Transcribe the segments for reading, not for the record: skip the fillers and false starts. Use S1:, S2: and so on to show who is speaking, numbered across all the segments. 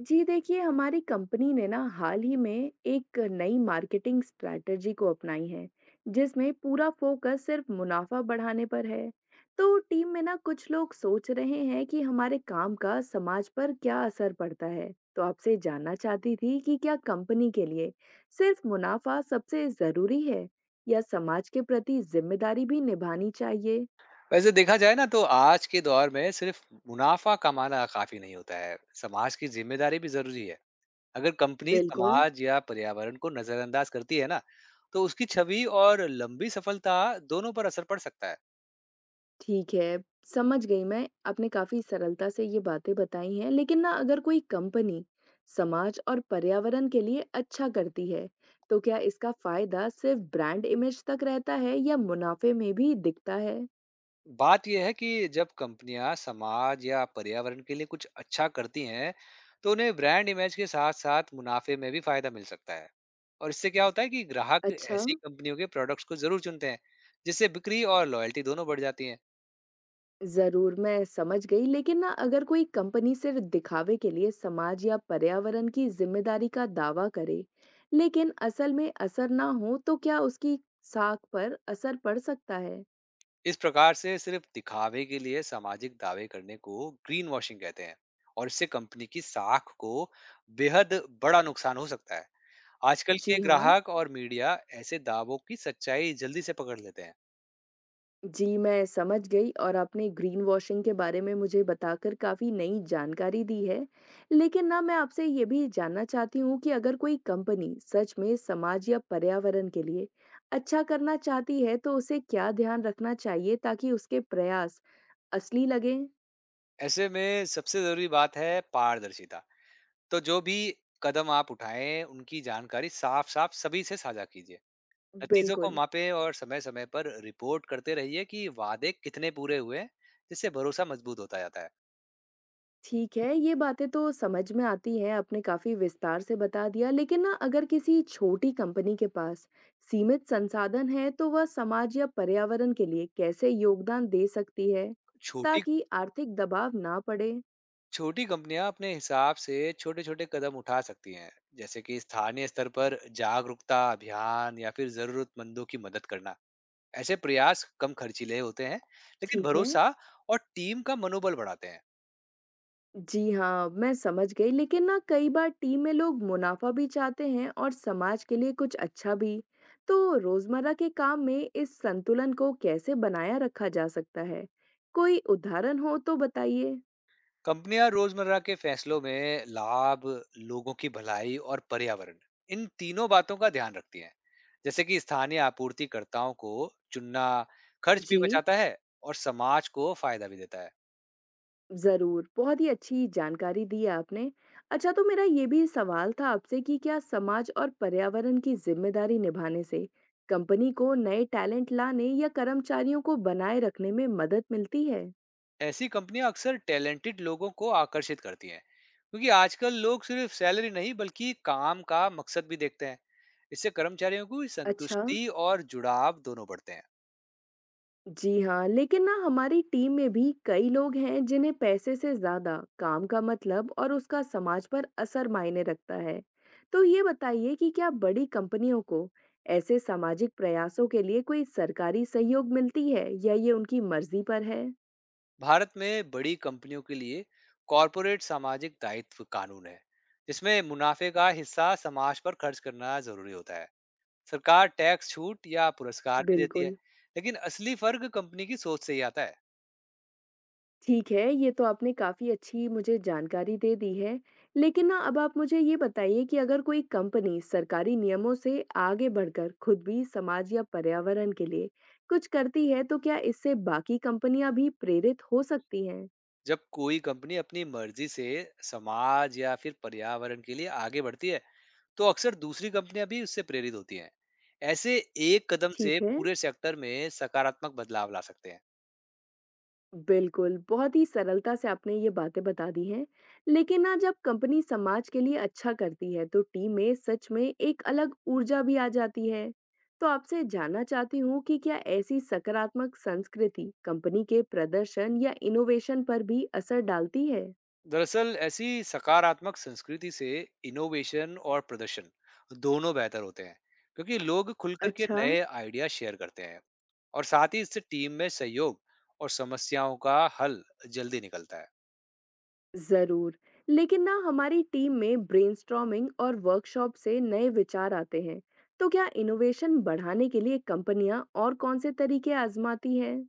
S1: जी देखिए, हमारी कंपनी ने ना हाल ही में एक नई मार्केटिंग स्ट्रैटेजी को अपनाई है, जिसमें पूरा फोकस सिर्फ मुनाफा बढ़ाने पर है। तो टीम में ना कुछ लोग सोच रहे हैं कि हमारे काम का समाज पर क्या असर पड़ता है। तो आपसे जानना चाहती थी कि क्या कंपनी के लिए सिर्फ मुनाफा सबसे जरूरी है या समाज के प्रति जिम्मेदारी भी निभानी चाहिए?
S2: वैसे देखा जाए ना तो आज के दौर में सिर्फ मुनाफा कमाना काफी नहीं होता है। समाज की जिम्मेदारी भी जरूरी है। अगर कंपनी
S1: बिल्कुल।
S2: समाज या पर्यावरण को नजरअंदाज करती है ना, तो उसकी छवि और लंबी सफलता दोनों पर असर पड़ सकता है।
S1: ठीक है, समझ गई मैं। आपने काफ़ी सरलता से ये बातें बताई हैं, लेकिन ना अगर कोई कंपनी समाज और पर्यावरण के लिए अच्छा करती है, तो क्या इसका फ़ायदा सिर्फ ब्रांड इमेज तक रहता है या मुनाफे में भी दिखता है?
S2: बात यह है कि जब कंपनियां समाज या पर्यावरण के लिए कुछ अच्छा करती हैं, तो उन्हें ब्रांड इमेज के साथ साथ मुनाफे में भी फायदा मिल सकता है। और इससे क्या होता है कि ग्राहक
S1: अच्छा।
S2: ऐसी कंपनियों के प्रोडक्ट्स को जरूर चुनते हैं, जिससे बिक्री और लॉयल्टी दोनों बढ़ जाती है।
S1: ज़रूर, मैं समझ गई, लेकिन ना अगर कोई कंपनी सिर्फ दिखावे के लिए समाज या पर्यावरण की जिम्मेदारी का दावा करे, लेकिन असल में असर ना हो, तो क्या उसकी साख पर असर पड़ सकता है?
S2: इस प्रकार से सिर्फ दिखावे के लिए सामाजिक दावे करने को ग्रीन वॉशिंग कहते हैं, और इससे कंपनी की साख को बेहद बड़ा नुकसान हो सकता है। आजकल के
S1: जी हाँ।
S2: ग्राहक और मीडिया ऐसे दावों की सच्चाई जल्दी से पकड़ लेते हैं।
S1: जी, मैं समझ गई और आपने ग्रीन वॉशिंग के बारे में मुझे बताकर काफ़ी नई जानकारी दी है। लेकिन ना मैं आपसे ये भी जानना चाहती हूँ कि अगर कोई कंपनी सच में समाज या पर्यावरण के लिए अच्छा करना चाहती है तो उसे क्या ध्यान रखना चाहिए ताकि उसके प्रयास असली लगें?
S2: ऐसे में सबसे जरूरी बात है पारदर्शिता। तो जो भी कदम आप उठाएं, उनकी जानकारी साफ साफ सभी से साझा कीजिए। नतीजों को
S1: बिल्कुल।
S2: मापें और समय समय पर रिपोर्ट करते रहिए कि वादे कितने पूरे हुए हैं, जिससे भरोसा मजबूत होता जाता है।
S1: ठीक है, ये बातें तो समझ में आती हैं, आपने काफ़ी विस्तार से बता दिया। लेकिन ना अगर किसी छोटी कंपनी के पास सीमित संसाधन हैं, तो वह समाज या पर्यावरण के लिए कैसे योगदान दे सकती है,
S2: छोटी
S1: ताकि आर्थिक दबाव ना पड़े?
S2: छोटी कंपनियां अपने हिसाब से छोटे छोटे कदम उठा सकती हैं, जैसे कि स्थानीय स्तर पर जागरूकता अभियान या फिर जरूरतमंदों की मदद करना। ऐसे प्रयास कम खर्चीले होते हैं, लेकिन
S1: ठीक है।
S2: भरोसा और टीम का मनोबल बढ़ाते हैं।
S1: जी हाँ, मैं समझ गई। लेकिन ना कई बार टीम में लोग मुनाफा भी चाहते हैं और समाज के लिए कुछ अच्छा भी। तो रोज़मर्रा के काम में इस संतुलन को कैसे बनाया रखा जा सकता है? कोई उदाहरण हो तो बताइए।
S2: कंपनियां रोजमर्रा के फैसलों में लाभ, लोगों की भलाई और पर्यावरण, इन तीनों बातों का ध्यान रखती हैं। जैसे कि स्थानीय आपूर्तिकर्ताओं को चुनना खर्च भी
S1: जी,
S2: बचाता है और समाज को फायदा भी देता है।
S1: ज़रूर। बहुत ही अच्छी जानकारी दी है आपने। अच्छा, तो मेरा ये भी सवाल था आपसे कि क्या समाज और पर्यावरण की ज़िम्मेदारी निभाने से कंपनी को नए टैलेंट लाने या कर्मचारियों को बनाए रखने में मदद मिलती है?
S2: ऐसी कंपनियां अक्सर टैलेंटेड लोगों को आकर्षित करती हैं, क्योंकि आजकल लोग सिर्फ सैलरी नहीं बल्कि काम का मकसद भी देखते हैं। इससे कर्मचारियों की
S1: अच्छा।
S2: संतुष्टि और जुड़ाव दोनों बढ़ते हैं।
S1: जी हाँ, लेकिन ना हमारी टीम में भी कई लोग हैं जिन्हें पैसे से ज्यादा काम का मतलब और उसका समाज पर असर मायने रखता है। तो ये बताइए कि क्या बड़ी कंपनियों को ऐसे सामाजिक प्रयासों के लिए कोई सरकारी सहयोग मिलती है या ये उनकी मर्जी पर है?
S2: भारत में बड़ी कंपनियों के लिए कॉरपोरेट सामाजिक दायित्व कानून है, जिसमें मुनाफे का हिस्सा समाज पर खर्च करना जरूरी होता है। सरकार टैक्स छूट या पुरस्कार भी देती है,
S1: बिल्कुल।
S2: लेकिन असली फर्क कंपनी की सोच से ही आता है।
S1: ठीक है, ये तो आपने काफ़ी अच्छी मुझे जानकारी दे दी है। लेकिन ना अब आप मुझे ये बताइए कि अगर कोई कंपनी सरकारी नियमों से आगे बढ़कर खुद भी समाज या पर्यावरण के लिए कुछ करती है, तो क्या इससे बाकी कंपनियाँ भी प्रेरित हो सकती हैं?
S2: जब कोई कंपनी अपनी मर्जी से समाज या फिर पर्यावरण के लिए आगे बढ़ती है, तो अक्सर दूसरी कंपनियां भी उससे प्रेरित होती हैं। ऐसे एक कदम से
S1: ठीक है।
S2: पूरे सेक्टर में सकारात्मक बदलाव ला सकते हैं।
S1: बिल्कुल, बहुत ही सरलता से आपने ये बातें बता दी हैं। लेकिन ना जब कंपनी समाज के लिए अच्छा करती है, तो टीम में सच में एक अलग ऊर्जा भी आ जाती है। तो आपसे जानना चाहती हूँ कि क्या ऐसी सकारात्मक संस्कृति कंपनी के प्रदर्शन या इनोवेशन पर भी असर डालती है?
S2: दरअसल ऐसी सकारात्मक संस्कृति से इनोवेशन और प्रदर्शन दोनों बेहतर होते हैं, क्योंकि लोग खुलकर के
S1: अच्छा।
S2: नए आइडिया शेयर करते हैं। और साथ ही इससे टीम में सहयोग और समस्याओं का हल जल्दी निकलता है।
S1: ज़रूर। लेकिन ना हमारी टीम में ब्रेनस्टॉर्मिंग और वर्कशॉप से नए विचार आते हैं। तो क्या इनोवेशन बढ़ाने के लिए कंपनियां और कौन से तरीके आजमाती हैं?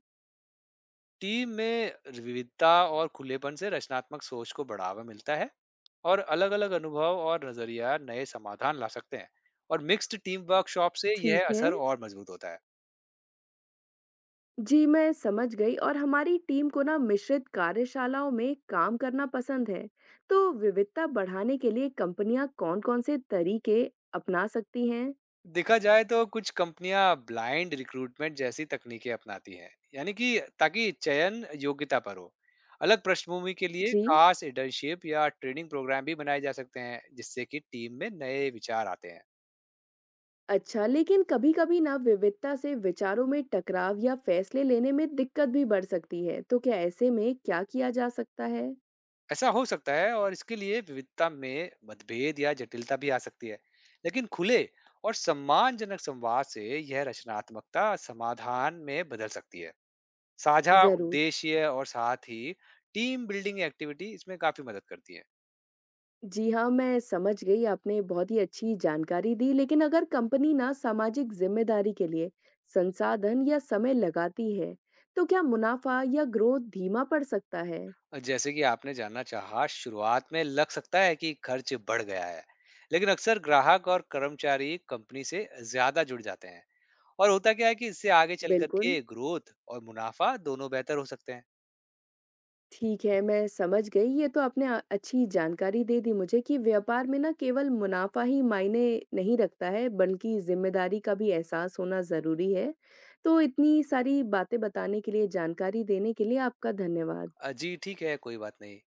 S2: टीम में विविधता और खुलेपन से रचनात्मक सोच को बढ़ावा मिलता है, और अलग अलग अनुभव और नजरिया नए समाधान ला सकते हैं। और मिक्स्ड टीम वर्कशॉप से यह
S1: ठीक है।
S2: असर और मजबूत होता है।
S1: जी, मैं समझ गई और हमारी टीम को ना मिश्रित कार्यशालाओं में काम करना पसंद है। तो विविधता बढ़ाने के लिए कंपनियां कौन-कौन से तरीके अपना सकती हैं?
S2: देखा जाए तो कुछ कंपनियां ब्लाइंड रिक्रूटमेंट जैसी तकनीकें अपनाती हैं, यानी कि ताकि चयन योग्यता पर हो। अलग पृष्ठभूमि के लिए
S1: जी।
S2: खास इंटर्नशिप या ट्रेनिंग प्रोग्राम भी बनाए जा सकते हैं, जिससे कि टीम में नए विचार आते हैं।
S1: अच्छा, लेकिन कभी-कभी ना विविधता से विचारों में टकराव या फैसले लेने में दिक्कत भी बढ़ सकती है। तो क्या ऐसे में क्या किया जा सकता है?
S2: ऐसा हो सकता है, और इसके लिए विविधता में मतभेद या जटिलता भी आ सकती है। लेकिन खुले और सम्मानजनक संवाद से यह रचनात्मकता समाधान में बदल सकती है। साझा
S1: ज़रूर।
S2: उद्देश्य और साथ ही टीम बिल्डिंग एक्टिविटी इसमें काफी मदद करती है।
S1: जी हाँ, मैं समझ गई। आपने बहुत ही अच्छी जानकारी दी, लेकिन अगर कंपनी ना सामाजिक ज़िम्मेदारी के लिए संसाधन या समय लगाती है, तो क्या मुनाफ़ा या ग्रोथ धीमा पड़ सकता है?
S2: और जैसे कि आपने जानना चाहा, शुरुआत में लग सकता है कि खर्च बढ़ गया है, लेकिन अक्सर ग्राहक और कर्मचारी कंपनी से ज्यादा जुड़ जाते हैं। और होता क्या है कि इससे आगे चल
S1: बिल्कुल,
S2: करके ग्रोथ और मुनाफा दोनों बेहतर हो सकते हैं।
S1: ठीक है, मैं समझ गई। ये तो आपने अच्छी जानकारी दे दी मुझे कि व्यापार में ना केवल मुनाफ़ा ही मायने नहीं रखता है, बल्कि ज़िम्मेदारी का भी एहसास होना ज़रूरी है। तो इतनी सारी बातें बताने के लिए, जानकारी देने के लिए आपका धन्यवाद।
S2: जी ठीक है, कोई बात नहीं।